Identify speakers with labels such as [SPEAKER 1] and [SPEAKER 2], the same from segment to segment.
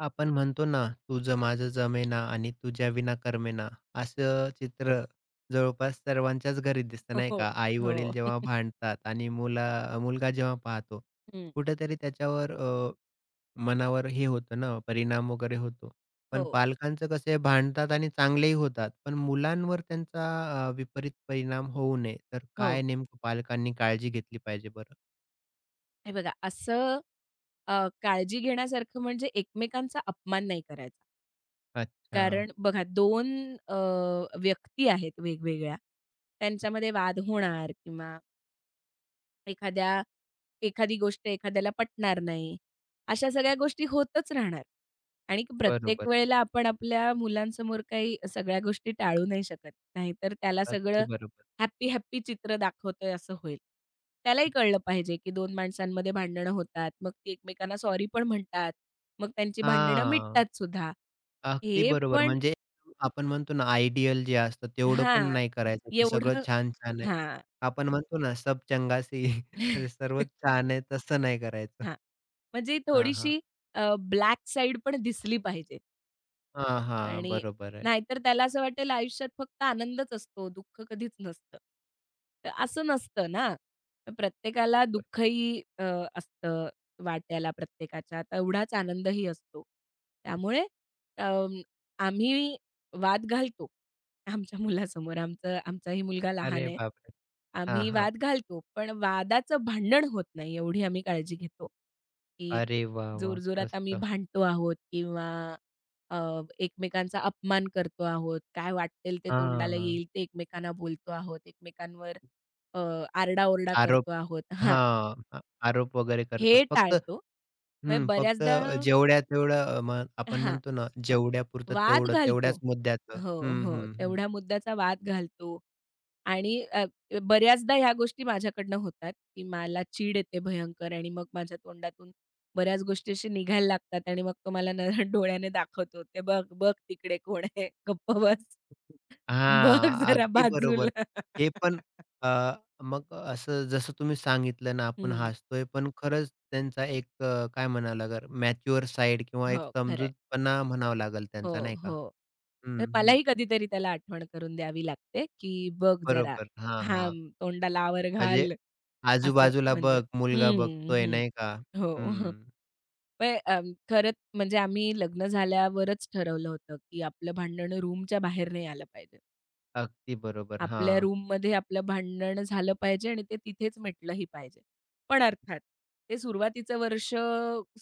[SPEAKER 1] आपण म्हणतो ना, तुझं माझं जमेना आणि तुझ्या विना कर्मेना, असं चित्र जवळपास सर्वांच्याच घरी दिसतं नाही
[SPEAKER 2] हो,
[SPEAKER 1] का? आई-वडील
[SPEAKER 2] हो.
[SPEAKER 1] जेव्हा भांडतात आणि मुलगा जेव्हा पाहतो,
[SPEAKER 2] हं,
[SPEAKER 1] कुठेतरी त्याच्यावर मनावर हे होतं ना, परिणाम वगैरे होतो. पण
[SPEAKER 2] हो.
[SPEAKER 1] पालकांचं कसं भांडतात आणि चांगलेही होतात, पण मुलांवर त्यांचा विपरीत परिणाम होऊ नये, तर
[SPEAKER 2] हो.
[SPEAKER 1] काय नेमकं पालकांनी काळजी घेतली पाहिजे बरं?
[SPEAKER 2] हे बघा असं अ, काळजी घेण्यासारखं म्हणजे एकमेकांचा अपमान नाही करायचा.
[SPEAKER 1] अच्छा.
[SPEAKER 2] कारण बघा 2 व्यक्ती आहेत वेगवेगळ्या. त्यांच्यामध्ये वाद होणार किंवा एखाद्या एखादी गोष्ट एखाद्याला पटणार नाही. अशा सगळ्या गोष्टी होतच राहणार आणि प्रत्येक
[SPEAKER 1] बरोबर.
[SPEAKER 2] वेळेला आपण आपल्या मुलांसमोर काही सगळ्या गोष्टी टाळू नाही शकत. नाहीतर त्याला
[SPEAKER 1] अगदी
[SPEAKER 2] सगळं
[SPEAKER 1] बरोबर.
[SPEAKER 2] हॅपी-हॅपी चित्र दाखवतोय असं होईल. त्यालाही कळलं पाहिजे, की 2 माणसांमध्ये भांडणं होतात. मग ती एकमेकांना सॉरी पण म्हणतात. मग त्यांची भांडणं
[SPEAKER 1] हां.
[SPEAKER 2] मिटतात सुद्धा.
[SPEAKER 1] अगदी
[SPEAKER 2] हे
[SPEAKER 1] बरोबर.
[SPEAKER 2] पण
[SPEAKER 1] म्हणजे आपण म्हणतो ना, आयडियल जे असतं तेवढं पण
[SPEAKER 2] हां,
[SPEAKER 1] नाही करायचं, की सगळं
[SPEAKER 2] एवढं
[SPEAKER 1] छान-छान आहे.
[SPEAKER 2] हां.
[SPEAKER 1] आपण म्हणतो ना, सब चंगा सी म्हणजे सर्वच छान आहे, तसं नाही करायचं.
[SPEAKER 2] हां. म्हणजे
[SPEAKER 1] हां, हां.
[SPEAKER 2] थोडीशी अ, ब्लॅक साइड पण दिसली पाहिजे
[SPEAKER 1] हां, हां.
[SPEAKER 2] आणि
[SPEAKER 1] बरोबर आहे.
[SPEAKER 2] नाहीतर त्याला असं वाटेल आयुष्यात फक्त आनंदच असतो, दुःख कधीच नसतं. तर असं नसतं ना. प्रत्येकाला
[SPEAKER 1] बरोबर.
[SPEAKER 2] दुःखही असतं वाट्याला प्रत्येकाच्या, तेवढाच आनंदही असतो. त्यामुळे अं, आम्ही वाद घालतो आमच्या मुलासमोर. आमचाही मुलगा लहान
[SPEAKER 1] अरे
[SPEAKER 2] आहे.
[SPEAKER 1] बापरे! हां,
[SPEAKER 2] आम्ही
[SPEAKER 1] हां.
[SPEAKER 2] वाद घालतो, पण वादाचं भांडण होत नाही एवढी आम्ही काळजी घेतो. की
[SPEAKER 1] अरे वाह, वाह!
[SPEAKER 2] जोरजोरात आम्ही
[SPEAKER 1] मस्त.
[SPEAKER 2] भांडतो आहोत किंवा अ, एकमेकांचा अपमान करतो आहोत. काय वाटेल ते तोंडाला
[SPEAKER 1] हां.
[SPEAKER 2] येईल ते एकमेकांना बोलतो आहोत. एकमेकांवर अ, आरडा
[SPEAKER 1] आरोप
[SPEAKER 2] करतो आहोत. हां,
[SPEAKER 1] हां. आरोप वगैरे करतात.
[SPEAKER 2] हे
[SPEAKER 1] फक्त
[SPEAKER 2] टाळतो. मग
[SPEAKER 1] हं. फक्त
[SPEAKER 2] बऱ्याचदा
[SPEAKER 1] जेवढ्या तेवढं अ, म आपण
[SPEAKER 2] हां,
[SPEAKER 1] म्हणतो ना,
[SPEAKER 2] हां.
[SPEAKER 1] जेवढ्यापुरतं
[SPEAKER 2] वाद
[SPEAKER 1] तेवढं,
[SPEAKER 2] घालतो.
[SPEAKER 1] तेवढ्याच मुद्द्याचं.
[SPEAKER 2] हो,
[SPEAKER 1] हं,
[SPEAKER 2] हो.
[SPEAKER 1] हं,
[SPEAKER 2] तेवढ्या मुद्द्याचा वाद घालतो. आणि बऱ्याचदा ह्या गोष्टी माझ्याकडनं होतात, की मला चीड येते भयंकर आणि मग माझ्या तोंडातून बऱ्याच गोष्टी अशी निघायला लागतात आणि मग तो मला डोळ्याने दाखवतो, "ते बघ, बघ तिकडे कोण आहे, गप्प बस. बघ
[SPEAKER 1] हां,
[SPEAKER 2] जरा
[SPEAKER 1] अगदी बरोबर.
[SPEAKER 2] बाजूला."
[SPEAKER 1] हे पण अ, मग असं जसं तुम्ही सांगितलं ना, आपण
[SPEAKER 2] हं.
[SPEAKER 1] हसतोय, पण खरंच त्यांचा एक काय म्हणावं लागेल मॅच्युअर साइड किंवा एक
[SPEAKER 2] हो, खरं
[SPEAKER 1] समजूतपणा म्हणावा लागेल
[SPEAKER 2] हो,
[SPEAKER 1] त्यांचा नाही का?
[SPEAKER 2] हो. तर
[SPEAKER 1] हं, हं.
[SPEAKER 2] मलाही कधीतरी त्याला आठवण करून द्यावी लागते, की "बघ जरा,
[SPEAKER 1] बरोबर. हां, हां.
[SPEAKER 2] थांब, तोंडाला आवर
[SPEAKER 1] म्हणजे
[SPEAKER 2] घाल." असं
[SPEAKER 1] आजूबाजूला
[SPEAKER 2] म्हणजे.
[SPEAKER 1] बघ, मुलगा
[SPEAKER 2] हं,
[SPEAKER 1] बघतोय
[SPEAKER 2] हं.
[SPEAKER 1] नाही का?
[SPEAKER 2] हो.
[SPEAKER 1] हं.
[SPEAKER 2] पण खरंच म्हणजे आम्ही लग्न झाल्यावरच ठरवलं होतं, की आपलं भांडण रूमच्या बाहेर नाही आलं पाहिजे.
[SPEAKER 1] अगदी बरोबर.
[SPEAKER 2] आपल्या
[SPEAKER 1] हां.
[SPEAKER 2] रूममध्ये आपलं भांडण झालं पाहिजे आणि ते तिथेच मिटलंही पाहिजे. पण अर्थात ते सुरुवातीचं वर्ष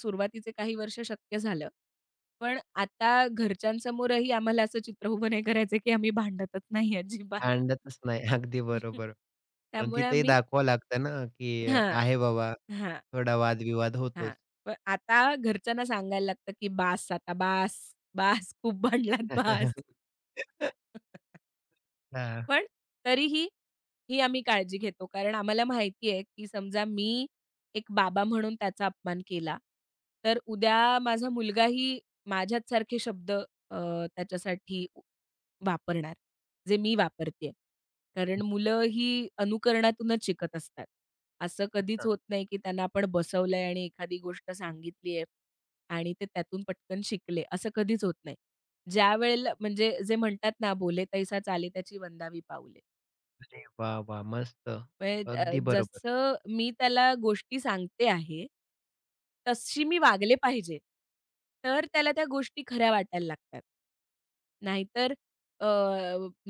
[SPEAKER 2] सुरुवातीचे काही वर्ष शक्य झालं. पण आता घरच्यांसमोरही आम्हाला असं चित्र उभं नाही करायचं, की आम्ही भांडतच नाही अजिबात.
[SPEAKER 1] भांडतच नाही. अगदी बरोबर. पण
[SPEAKER 2] त्यामुळे
[SPEAKER 1] तिथेही
[SPEAKER 2] आम्ही
[SPEAKER 1] दाखवावं लागतं ना, की
[SPEAKER 2] हां,
[SPEAKER 1] आहे बाबा,
[SPEAKER 2] हां.
[SPEAKER 1] थोडा वादविवाद
[SPEAKER 2] हां.
[SPEAKER 1] होतोच.
[SPEAKER 2] मग आता घरच्यांना सांगायला लागतं, की "बास आता बास, बास खूप भांडलात बास."
[SPEAKER 1] हां.
[SPEAKER 2] पण तरीही आम्ही काळजी घेतो. कारण आम्हाला माहिती आहे, की समजा मी एक बाबा म्हणून त्याचा अपमान केला, तर उद्या माझा मुलगाही माझ्याचसारखे शब्द त्याच्यासाठी वापरणार, जे मी वापरतेय. कारण मुलं ही अनुकरणातूनच शिकत असतात. असं
[SPEAKER 1] हो
[SPEAKER 2] कधीच
[SPEAKER 1] ना.
[SPEAKER 2] होत नाही, की त्यांना आपण बसवलंय आणि एखादी गोष्ट सांगितली आहे आणि ते त्यातून पटकन शिकले, असं कधीच होत नाही. ज्यावेळेला म्हणजे जे म्हणतात ना, "बोले तैसा चाले त्याची वंदावी पाऊले."
[SPEAKER 1] अरे वाह! वाह! मस्त.
[SPEAKER 2] म्हणजे
[SPEAKER 1] अगदी बरोबर,
[SPEAKER 2] जसं मी त्याला गोष्टी सांगते आहे, तशी मी वागले पाहिजे. तर त्याला त्या गोष्टी खऱ्या वाटायला लागतात. नाहीतर अ,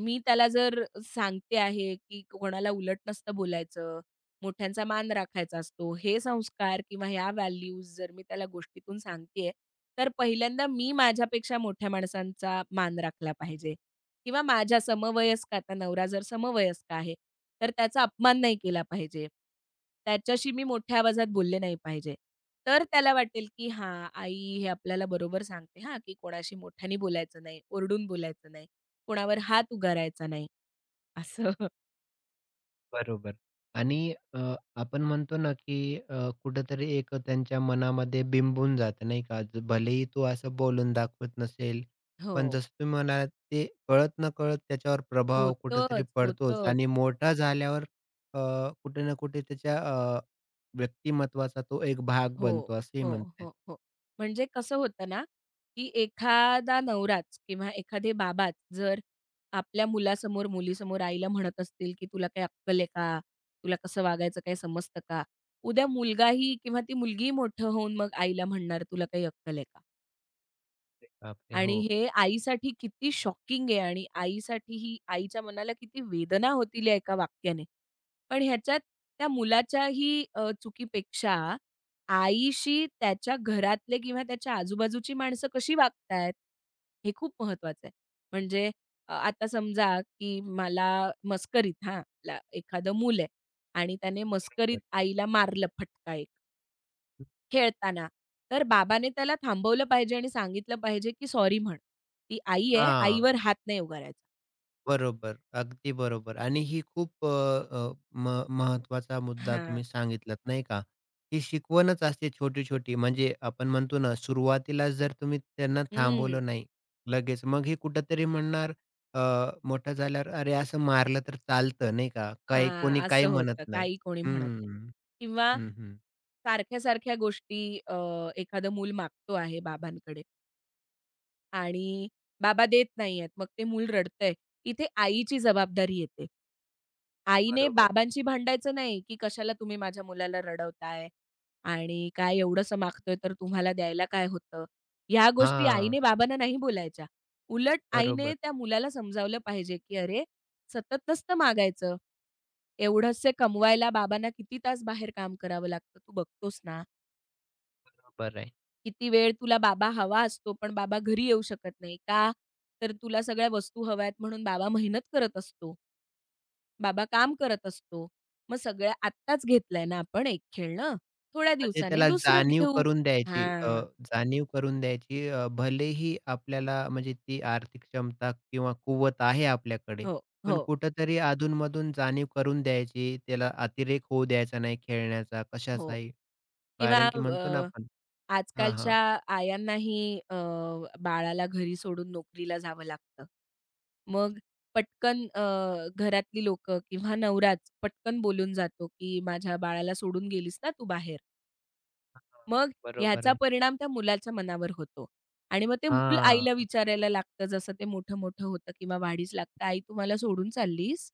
[SPEAKER 2] मी त्याला जर सांगते आहे, की कोणाला उलट नसतं बोलायचं, मोठ्यांचा मान राखायचा असतो, हे संस्कार किंवा ह्या व्हॅल्यूज जर मी त्याला गोष्टीतून सांगते आहे, तर पहिल्यांदा मी माझ्यापेक्षा मोठ्या माणसांचा मान राखला पाहिजे. किंवा माझ्या समवयस्क आता नवरा जर समवयस्क आहे, तर त्याचा अपमान नाही केला पाहिजे. त्याच्याशी मी मोठ्या आवाजात बोलले नाही पाहिजे. तर त्याला वाटेल, की हां, आई हे आपल्याला बरोबर सांगते हां, की कोणाशी मोठ्याने बोलायचं नाही, ओरडून बोलायचं नाही, कोणावर हात उगारायचा नाही. असं.
[SPEAKER 1] बरोबर. आणि अ, आपण म्हणतो ना, की कुठेतरी एक त्यांच्या मनामध्ये बिंबून जातं नाही का? भलेही तो असं बोलून दाखवत नसेल, पण
[SPEAKER 2] हो.
[SPEAKER 1] जसं तुम्ही म्हणालात ते कळत नकळत त्याच्यावर प्रभाव कुठेतरी
[SPEAKER 2] होतंच,
[SPEAKER 1] पडतोच
[SPEAKER 2] होतं.
[SPEAKER 1] आणि मोठा झाल्यावर अ, कुठे ना कुठे त्याच्या अ, व्यक्तिमत्त्वाचा तो एक भाग
[SPEAKER 2] हो,
[SPEAKER 1] बनतो असंही
[SPEAKER 2] हो,
[SPEAKER 1] म्हणता येईल.
[SPEAKER 2] हो, हो. म्हणजे कसं होतं ना, की एखादा नवराच किंवा एखादे बाबाच जर आपल्या मुलासमोर, मुलीसमोर आईला म्हणत असतील, की "तुला काही अक्कल आहे का? तुला कसं वागायचं काही समजतं का?" उद्या मुलगाही किंवा ती मुलगीही मोठं होऊन मग आईला म्हणणार, "तुला काही अक्कल आहे का?"
[SPEAKER 1] बापरे!
[SPEAKER 2] आणि
[SPEAKER 1] हो.
[SPEAKER 2] हे आईसाठी किती शॉकिंग आहे आणि आईसाठी ही आईच्या मनाला किती वेदना होतील या एका वाक्याने. पण ह्याच्यात त्या मुलाच्याही चुकीपेक्षा आईशी त्याच्या घरातले किंवा त्याच्या आजूबाजूची माणसं कशी वागतायत, हे खूप महत्वाचं आहे. म्हणजे आता समजा की मला मस्करीत हां, ला एखादं मूल आहे आणि त्याने मस्करीत आईला मारलं फटका एक. खेळताना. तर बाबाने त्याला थांबवलं पाहिजे आणि सांगितलं पाहिजे, की "सॉरी" म्हण. ती आई आहे,
[SPEAKER 1] हां.
[SPEAKER 2] आईवर हात नाही उगा करायचा.
[SPEAKER 1] बरोबर. अगदी बरोबर आणि ही खूप अ, अ, म महत्त्वाचा मुद्दा
[SPEAKER 2] हां.
[SPEAKER 1] तुम्ही सांगितलात नाही का? ही शिकवणच असते छोटी-छोटी म्हणजे आपण म्हणतो ना सुरुवातीला जर तुम्ही त्यांना
[SPEAKER 2] हं.
[SPEAKER 1] थांबवलं नाही लगेच, मग हे कुठेतरी म्हणणार अ, मोठं झाल्यावर "अरे असं मारलं तर चालतं" नाही का? काही
[SPEAKER 2] हां,
[SPEAKER 1] कोणी काही
[SPEAKER 2] असं
[SPEAKER 1] म्हणत
[SPEAKER 2] होतं.
[SPEAKER 1] नाही.
[SPEAKER 2] काही कोणी म्हणत नाही.
[SPEAKER 1] हं,
[SPEAKER 2] किंवा
[SPEAKER 1] हं, हं.
[SPEAKER 2] सारख्या-सारख्या गोष्टी अ, एखादं मूल मागतो आहे बाबांकडे आणि बाबा देत नाहीयेत. मग ते मूल रडतंय. इथे आईची जबाबदारी येते. आईने
[SPEAKER 1] बरोबर.
[SPEAKER 2] बाबांशी भांडायचं नाही, की "कशाला तुम्ही माझ्या मुलाला रडवताय?" आणि काय एवढंसं मागतोय तर तुम्हाला द्यायला काय होतं? ह्या गोष्टी
[SPEAKER 1] हां.
[SPEAKER 2] आईने बाबांना नाही बोलायच्या. उलट आईने
[SPEAKER 1] बरोबर,
[SPEAKER 2] त्या मुलाला समजावलं पाहिजे, की "अरे, सतत नसतं मागायचं. एवढंसे कमवायला बाबांना किती तास बाहेर काम करावं लागतं, तू बघतोस ना?"
[SPEAKER 1] बरोबर आहे.
[SPEAKER 2] किती वेळ तुला बाबा हवा असतो, पण बाबा घरी येऊ शकत नाही. का? तर तुला सगळ्या वस्तू हव्या आहेत म्हणून बाबा मेहनत करत असतो. बाबा काम करत असतो. मग सगळ्या आत्ताच घेतलंय ना आपण एक खेळणं, थोड्या
[SPEAKER 1] म्हणजे
[SPEAKER 2] दिवसाने
[SPEAKER 1] त्याला
[SPEAKER 2] दुसरं
[SPEAKER 1] जाणीव
[SPEAKER 2] घेऊ.
[SPEAKER 1] करून द्यायची
[SPEAKER 2] हां.
[SPEAKER 1] जाणीव करून द्यायची भलेही आपल्याला म्हणजे ती आर्थिक क्षमता किंवा कुवत आहे आपल्याकडे,
[SPEAKER 2] हो, हो,
[SPEAKER 1] पण कुठेतरी अधून-मधून जाणीव करून द्यायची. त्याला अतिरेक होऊ द्यायचा नाही खेळण्याचा,
[SPEAKER 2] हो.
[SPEAKER 1] कशाचाही.
[SPEAKER 2] किंवा
[SPEAKER 1] कारण की म्हणतो ना आपण हां, हां.
[SPEAKER 2] आजकालच्या आयांनाही बाळाला घरी सोडून नोकरीला जावं लागतं. मग पटकन घरातली लोकं किंवा नवराच पटकन बोलून जातो, की "माझ्या बाळाला सोडून गेलीस ना तू बाहेर."
[SPEAKER 1] हां,
[SPEAKER 2] मग
[SPEAKER 1] बरोबर
[SPEAKER 2] ह्याचा
[SPEAKER 1] आहे.
[SPEAKER 2] परिणाम त्या मुलाच्या मनावर होतो आणि मग ते मूल आईला
[SPEAKER 1] हां.
[SPEAKER 2] विचारायला लागतं, जसं ते मोठं-मोठं होतं किंवा वाढीस लागतं, "आई तू मला सोडून चाललीस?"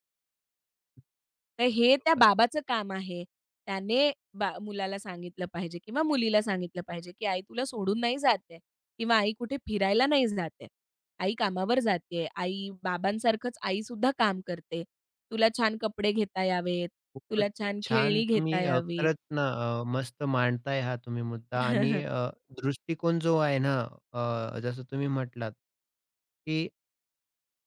[SPEAKER 2] तर हे त्या बाबाचं काम आहे. त्याने मुलाला सांगितलं पाहिजे किंवा मुलीला सांगितलं पाहिजे, की "आई तुला सोडून नाही जात आहे किंवा आई कुठे फिरायला नाही जात आहे. आई कामावर जाते. आई बाबांसारखंच आईसुद्धा काम करते. तुला छान कपडे घेता यावेत,
[SPEAKER 1] खूपच
[SPEAKER 2] तुला छान
[SPEAKER 1] छान
[SPEAKER 2] खेळणी
[SPEAKER 1] तुम्ही
[SPEAKER 2] घेता यावीत."
[SPEAKER 1] खरंच ना मस्त मांडताय हा तुम्ही मुद्दा आणि दृष्टिकोन जो आहे ना जसं तुम्ही म्हटलात, की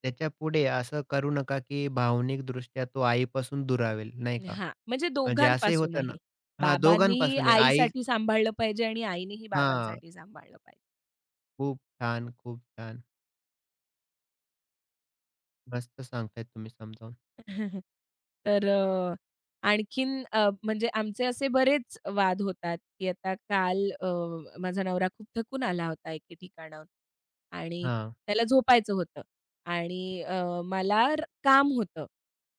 [SPEAKER 1] त्याच्यापुढे असं करू नका, की भावनिकदृष्ट्या तो आईपासून दुरावेल, नाही का?
[SPEAKER 2] हां, म्हणजे
[SPEAKER 1] म्हणजे असंही होतं ना
[SPEAKER 2] दोघांपासूनही.
[SPEAKER 1] हां,
[SPEAKER 2] बाबांनीही
[SPEAKER 1] दोघांपासून आहे. आई
[SPEAKER 2] आईसाठी सांभाळलं पाहिजे आणि आईनेही
[SPEAKER 1] हां,
[SPEAKER 2] बाबांसाठी सांभाळलं पाहिजे.
[SPEAKER 1] खूप छान, खूप छान. मस्त सांगताय तुम्ही समजावून.
[SPEAKER 2] तर आणखीन म्हणजे आमचे असे बरेच वाद होतात, की आता काल माझा नवरा खूप थकून आला होता एके ठिकाणाहून आणि
[SPEAKER 1] हां,
[SPEAKER 2] त्याला झोपायचं होतं आणि मला काम होतं.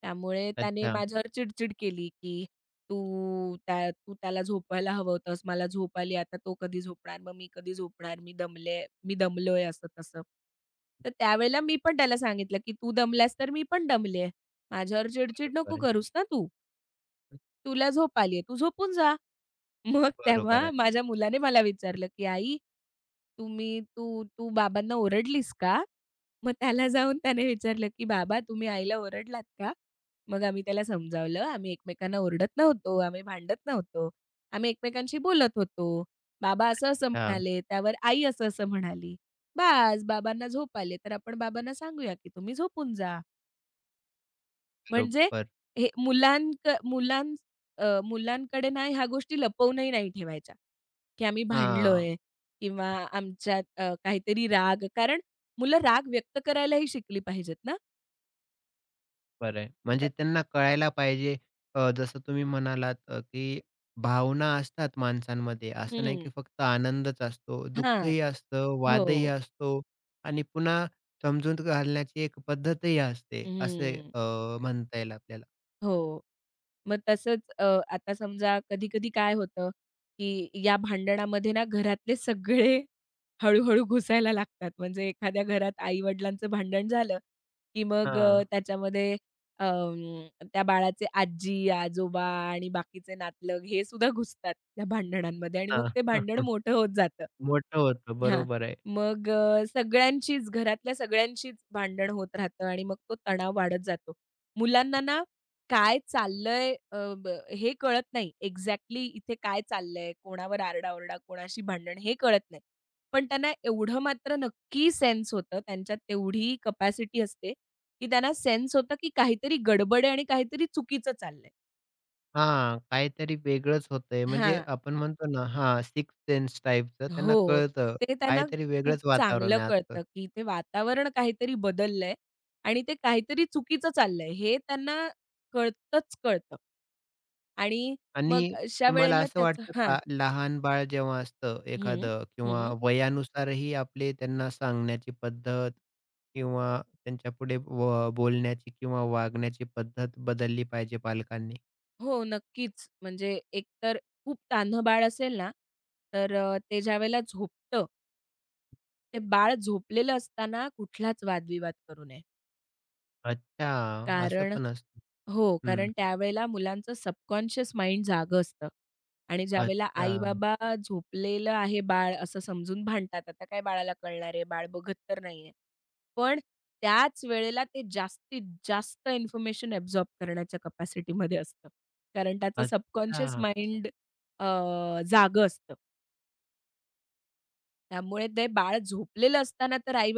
[SPEAKER 2] त्यामुळे त्याने
[SPEAKER 1] अच्छा.
[SPEAKER 2] माझ्यावर चिडचिड केली, की "तू त्याला झोपवायला हवं होतंस. मला झोप आली. आता तो कधी झोपणार? मग मी कधी झोपणार? मी दमलोय." असं तसं. तर त्यावेळेला मी पण त्याला सांगितलं, की "तू दमलास तर मी पण दमले." माझ्यावर चिड-चिड नको
[SPEAKER 1] बरोबर आहे.
[SPEAKER 2] करूस ना तू. तुला झोप आलीये, तू झोपून जा. मग
[SPEAKER 1] बरोबर
[SPEAKER 2] तेव्हा
[SPEAKER 1] आहे.
[SPEAKER 2] माझ्या मुलाने मला विचारलं, की "आई, तुम्ही तू तू बाबांना ओरडलीस का?" मग त्याला जाऊन त्याने विचारलं, की "बाबा तुम्ही आईला ओरडलात का?" मग आम्ही त्याला समजावलं, "आम्ही एकमेकांना ओरडत नव्हतो, आम्ही भांडत नव्हतो. आम्ही एकमेकांशी बोलत होतो. बाबा असं-असं
[SPEAKER 1] हां,
[SPEAKER 2] म्हणाले, त्यावर आई असं-असं म्हणाली. बास, बाबांना झोप आली, तर आपण बाबांना सांगूया, की तुम्ही झोपून जा." म्हणजे
[SPEAKER 1] बरोबर.
[SPEAKER 2] हे मुलांकडे ना ह्या गोष्टी लपवूनही नाही ठेवायच्या, की आम्ही
[SPEAKER 1] हां.
[SPEAKER 2] भांडलोय किंवा आमच्यात काहीतरी राग कारण मुलं राग व्यक्त करायलाही शिकली पाहिजेत ना.
[SPEAKER 1] बरं आहे.
[SPEAKER 2] तर
[SPEAKER 1] म्हणजे त्यांना कळायला पाहिजे जसं तुम्ही म्हणालात की भावना असतात माणसांमध्ये. असं नाही
[SPEAKER 2] हं.
[SPEAKER 1] की फक्त आनंदच असतो,
[SPEAKER 2] हां.
[SPEAKER 1] दुःखही असतं,
[SPEAKER 2] हो.
[SPEAKER 1] वादही असतो आणि पुन्हा समजून घालण्याची एक पद्धतही असते,
[SPEAKER 2] हं.
[SPEAKER 1] म्हणता येईल आपल्याला.
[SPEAKER 2] हो. मग तसंच आता समजा कधी-कधी काय होतं, की या भांडणामध्ये ना घरातले सगळे हळू-हळू घुसायला लागतात. म्हणजे एखाद्या घरात आई-वडिलांचं भांडण झालं, की मग
[SPEAKER 1] हां,
[SPEAKER 2] त्याच्यामध्ये त्या बाळाचे आजी, आजोबा आणि बाकीचे नातलग हे सुद्धा घुसतात त्या भांडणांमध्ये आणि मग
[SPEAKER 1] हां.
[SPEAKER 2] ते भांडण मोठं होत जातं.
[SPEAKER 1] मोठं होतं,
[SPEAKER 2] हां.
[SPEAKER 1] बरोबर आहे.
[SPEAKER 2] मग अ, सगळ्यांचीच घरातल्या सगळ्यांचीच भांडण होत राहतं आणि मग तो तणाव वाढत जातो. मुलांना ना काय चाललंय अ, ब हे कळत नाही. एक्झॅक्टली इथे काय चाललंय, कोणावर आरडा कोणाशी भांडण हे कळत नाही. पण त्यांना एवढं मात्र नक्की सेन्स होतं, त्यांच्यात तेवढी कपॅसिटी असते, की त्यांना सेन्स होतं, की काहीतरी गडबड आहे आणि काहीतरी चुकीचं चाललंय.
[SPEAKER 1] हां, काहीतरी वेगळंच होतंय. म्हणजे
[SPEAKER 2] हां.
[SPEAKER 1] आपण म्हणतो ना हां, सिक्स्थ सेन्स टाइपचं त्यांना
[SPEAKER 2] हो.
[SPEAKER 1] कळतं.
[SPEAKER 2] ते त्यांना
[SPEAKER 1] काहीतरी
[SPEAKER 2] खूप
[SPEAKER 1] वेगळंच वातावरण
[SPEAKER 2] चांगलं
[SPEAKER 1] आहे आजचं.
[SPEAKER 2] कळतं, की ते वातावरण काहीतरी बदललंय आणि ते काहीतरी चुकीचं चाललंय हे त्यांना कळतंच कळतं. आणि
[SPEAKER 1] आणि
[SPEAKER 2] मग अशा
[SPEAKER 1] तुम्हाला
[SPEAKER 2] वेळेला
[SPEAKER 1] असं
[SPEAKER 2] त्याचा
[SPEAKER 1] वाटतं
[SPEAKER 2] हां.
[SPEAKER 1] का, लहान बाळ जेव्हा असतं
[SPEAKER 2] हं,
[SPEAKER 1] एखादं किंवा
[SPEAKER 2] हं.
[SPEAKER 1] वयानुसारही आपले त्यांना सांगण्याची पद्धत किंवा त्यांच्यापुढे बोलण्याची किंवा वागण्याची पद्धत बदलली पाहिजे पालकांनी?
[SPEAKER 2] हो, नक्कीच. म्हणजे एकतर खूप तान्हं बाळ असेल ना, तर ते ज्यावेळेला झोपतं, ते बाळ झोपलेलं असताना कुठलाच वादविवाद करू नये.
[SPEAKER 1] अच्छा, असं
[SPEAKER 2] कारण
[SPEAKER 1] पण असतं.
[SPEAKER 2] हो,
[SPEAKER 1] हं.
[SPEAKER 2] कारण त्यावेळेला मुलांचं सबकॉन्शियस माइंड जागं असतं आणि ज्यावेळेला
[SPEAKER 1] अच्छा,
[SPEAKER 2] आई-बाबा झोपलेलं आहे बाळ असं समजून भांडतात. आता काय बाळाला कळणार आहे, बाळ बघत तर नाहीये. पण त्याच वेळेला ते जास्त इन्फॉर्मेशन ॲब्सॉर्ब करण्याच्या कपॅसिटीमध्ये असतं. कारण त्याचं सबकॉन्शियस
[SPEAKER 1] अच्छा.
[SPEAKER 2] माइंड जागं असतं. त्यामुळे ते बाळ झोपलेलं असताना तर आई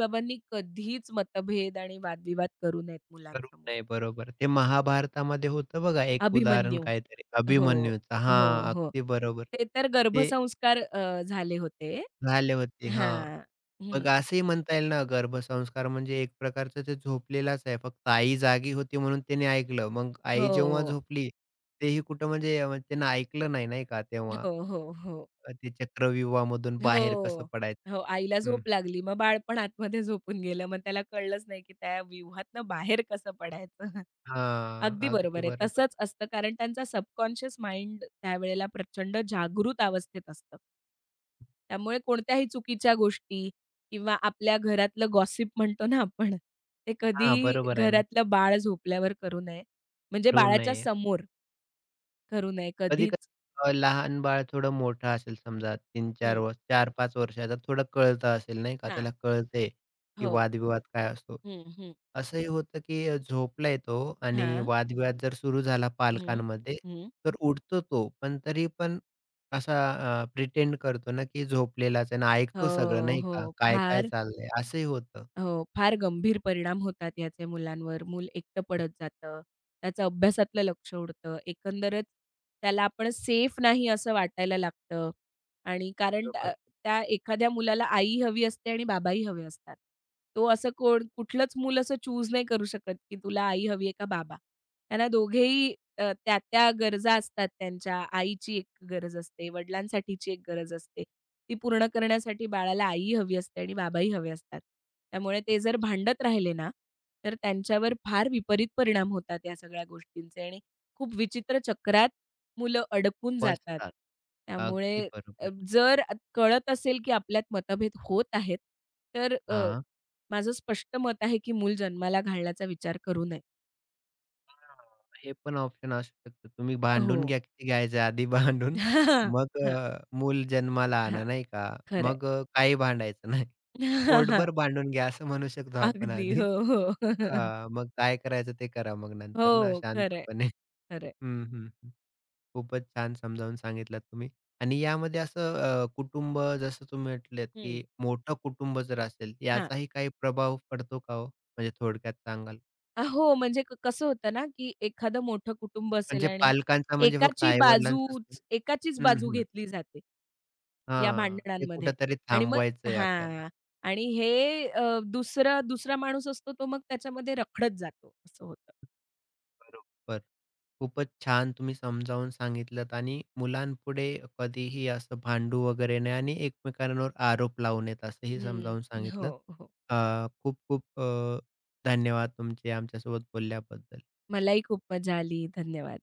[SPEAKER 2] कधीच मतभेद आणि वादविवाद करू नयेत
[SPEAKER 1] करू
[SPEAKER 2] मुलांसमोर.
[SPEAKER 1] नये, बरोबर. ते महाभारतामध्ये होतं बघा एक उदाहरण
[SPEAKER 2] अभिमन्यू.
[SPEAKER 1] काहीतरी
[SPEAKER 2] हो,
[SPEAKER 1] अभिमन्यूचं.
[SPEAKER 2] हो,
[SPEAKER 1] हां,
[SPEAKER 2] हो.
[SPEAKER 1] अगदी बरोबर.
[SPEAKER 2] ते तर
[SPEAKER 1] ते
[SPEAKER 2] गर्भसंस्कार झाले होते.
[SPEAKER 1] झाले होते. हां.
[SPEAKER 2] हां.
[SPEAKER 1] मग
[SPEAKER 2] हं.
[SPEAKER 1] असंही म्हणता येईल ना, गर्भसंस्कार म्हणजे एक प्रकारचं ते झोपलेलाच आहे. फक्त आई जागी होती म्हणून त्याने ऐकलं. मग आई जेव्हा
[SPEAKER 2] हो,
[SPEAKER 1] झोपली, तेही कुठं म्हणजे त्यानं ऐकलं नाही, नाही का तेव्हा.
[SPEAKER 2] हो, हो, हो,
[SPEAKER 1] ते चक्रव्यूहामधून बाहेर कसं
[SPEAKER 2] हो.
[SPEAKER 1] पडायचं
[SPEAKER 2] हो,
[SPEAKER 1] ते.
[SPEAKER 2] आईला
[SPEAKER 1] हं.
[SPEAKER 2] झोप लागली. मग बाळ पण आतमध्ये झोपून गेलं. मग त्याला कळलंच नाही, की त्या व्यूहातनं बाहेर कसं पडायचं.
[SPEAKER 1] हां,
[SPEAKER 2] अगदी
[SPEAKER 1] अगदी
[SPEAKER 2] बरोबर आहे.
[SPEAKER 1] बरोबर.
[SPEAKER 2] तसंच असतं कारण त्यांचा सबकॉन्शियस माइंड त्यावेळेला प्रचंड जागृत अवस्थेत असतं. त्यामुळे कोणत्याही चुकीच्या गोष्टी किंवा आपल्या घरातलं गॉसिप म्हणतो ना आपण, ते
[SPEAKER 1] हां,
[SPEAKER 2] कधी
[SPEAKER 1] बरोबर आहे ना.
[SPEAKER 2] घरातलं बाळ झोपल्यावर करू नये. म्हणजे
[SPEAKER 1] ऋण
[SPEAKER 2] बाळाच्या
[SPEAKER 1] नाही आहे.
[SPEAKER 2] समोर करू नये
[SPEAKER 1] कधी-कधी
[SPEAKER 2] कधीच.
[SPEAKER 1] लहान बाळ थोडं मोठं असेल समजा 3-4
[SPEAKER 2] हं,
[SPEAKER 1] वर्ष 4-5 वर्षाचा थोडं कळतं असेल नाही का,
[SPEAKER 2] हां,
[SPEAKER 1] त्याला कळतंय की
[SPEAKER 2] हो.
[SPEAKER 1] वादविवाद काय असतो.
[SPEAKER 2] हं, हं.
[SPEAKER 1] असंही होतं की झोपलाय तो आणि
[SPEAKER 2] हां,
[SPEAKER 1] वादविवाद जर सुरू झाला
[SPEAKER 2] हं,
[SPEAKER 1] पालकांमध्ये,
[SPEAKER 2] हं.
[SPEAKER 1] तर उठतो तो, पण तरी पण असा प्रिटेंड करतो ना की झोपलेलाच आहे आणि ऐकतो सगळं
[SPEAKER 2] हो,
[SPEAKER 1] नाही का?
[SPEAKER 2] हो.
[SPEAKER 1] काय-काय
[SPEAKER 2] फार
[SPEAKER 1] चाललंय असंही होतं.
[SPEAKER 2] हो, फार गंभीर परिणाम होतात याचे मुलांवर. मूल एकटं पडत जातं. त्याचं अभ्यासातलं लक्ष उडतं. एकंदरच त्याला आपण सेफ नाही असं वाटायला लागतं आणि कारण त्या
[SPEAKER 1] बरोबर.
[SPEAKER 2] त्या एखाद्या मुलाला आई हवी असते आणि बाबाही हवे असतात. तो असं कुठलंच मूल असं चूज नाही करू शकत, की तुला आई हवी आहे का बाबा. त्यांना दोघेही त्या-त्या गरजा असतात त्यांच्या. आईची एक गरज असते, वडिलांसाठीची एक गरज असते. ती पूर्ण करण्यासाठी बाळाला आई हवी असते आणि बाबाही हवे असतात. त्यामुळे ते जर भांडत राहिले ना, तर त्यांच्यावर फार विपरीत परिणाम होतात या सगळ्या गोष्टींचे आणि खूप विचित्र चक्रात मुलं अडकून जातात.
[SPEAKER 1] फसतात.
[SPEAKER 2] त्यामुळे
[SPEAKER 1] अगदी बरोबर.
[SPEAKER 2] कळत असेल की आपल्यात मतभेद होत आहेत, तर
[SPEAKER 1] हां.
[SPEAKER 2] माझं स्पष्ट मत आहे की मूल जन्माला घालण्याचा विचार करू नये.
[SPEAKER 1] हे पण ऑप्शन असू शकतं. तुम्ही
[SPEAKER 2] हो.
[SPEAKER 1] भांडून घ्या किती घ्यायचं आधी भांडून मग
[SPEAKER 2] हां,
[SPEAKER 1] मूल जन्माला
[SPEAKER 2] हां.
[SPEAKER 1] आणा नाही का?
[SPEAKER 2] खरंय.
[SPEAKER 1] मग काही भांडायचं नाही. पोटभर भांडून घ्या असं म्हणू शकतो आपण
[SPEAKER 2] अगदी.
[SPEAKER 1] आधी.
[SPEAKER 2] हो, हो.
[SPEAKER 1] हां, मग काय करायचं ते करा मग नंतर ना
[SPEAKER 2] हो. खरंय,
[SPEAKER 1] शांतपणे.
[SPEAKER 2] खरंय.
[SPEAKER 1] हं, हं, हं. खूपच छान समजावून सांगितलात तुम्ही. आणि यामध्ये असं कुटुंब जसं तुम्ही म्हटलेत,
[SPEAKER 2] हं.
[SPEAKER 1] की मोठं कुटुंब जर असेल,
[SPEAKER 2] हां.
[SPEAKER 1] याचाही काही प्रभाव पडतो का हो? म्हणजे थोडक्यात सांगाल?
[SPEAKER 2] हो, म्हणजे कसं होतं ना, की एखादं मोठं कुटुंब असेल
[SPEAKER 1] म्हणजे
[SPEAKER 2] आणि
[SPEAKER 1] पालकांचा म्हणजे फक्त आई-वडिलांचाच नाही.
[SPEAKER 2] एकाचीच
[SPEAKER 1] हं,
[SPEAKER 2] बाजू
[SPEAKER 1] हं.
[SPEAKER 2] घेतली जाते, या
[SPEAKER 1] हां, ते
[SPEAKER 2] भांडणांमध्ये
[SPEAKER 1] कुठेतरी
[SPEAKER 2] आणि मग
[SPEAKER 1] थांबवायचंय आपल्याला.
[SPEAKER 2] हां. आणि हे अ, दुसरा दुसरा माणूस असतो तो मग त्याच्यामध्ये रखडत जातो, असं होतं.
[SPEAKER 1] बरोबर. खूपच छान तुम्ही समजावून सांगितलंत आणि मुलांपुढे कधीही असं भांडू वगैरे नाही आणि एकमेकांवर आरोप लावू नयेत असंही
[SPEAKER 2] हं.
[SPEAKER 1] समजावून
[SPEAKER 2] हो,
[SPEAKER 1] सांगितलं.
[SPEAKER 2] हो.
[SPEAKER 1] अं, खूप खूप धन्यवाद तुमचे आमच्यासोबत बोलल्याबद्दल.
[SPEAKER 2] मलाही खूप मजा आली. धन्यवाद.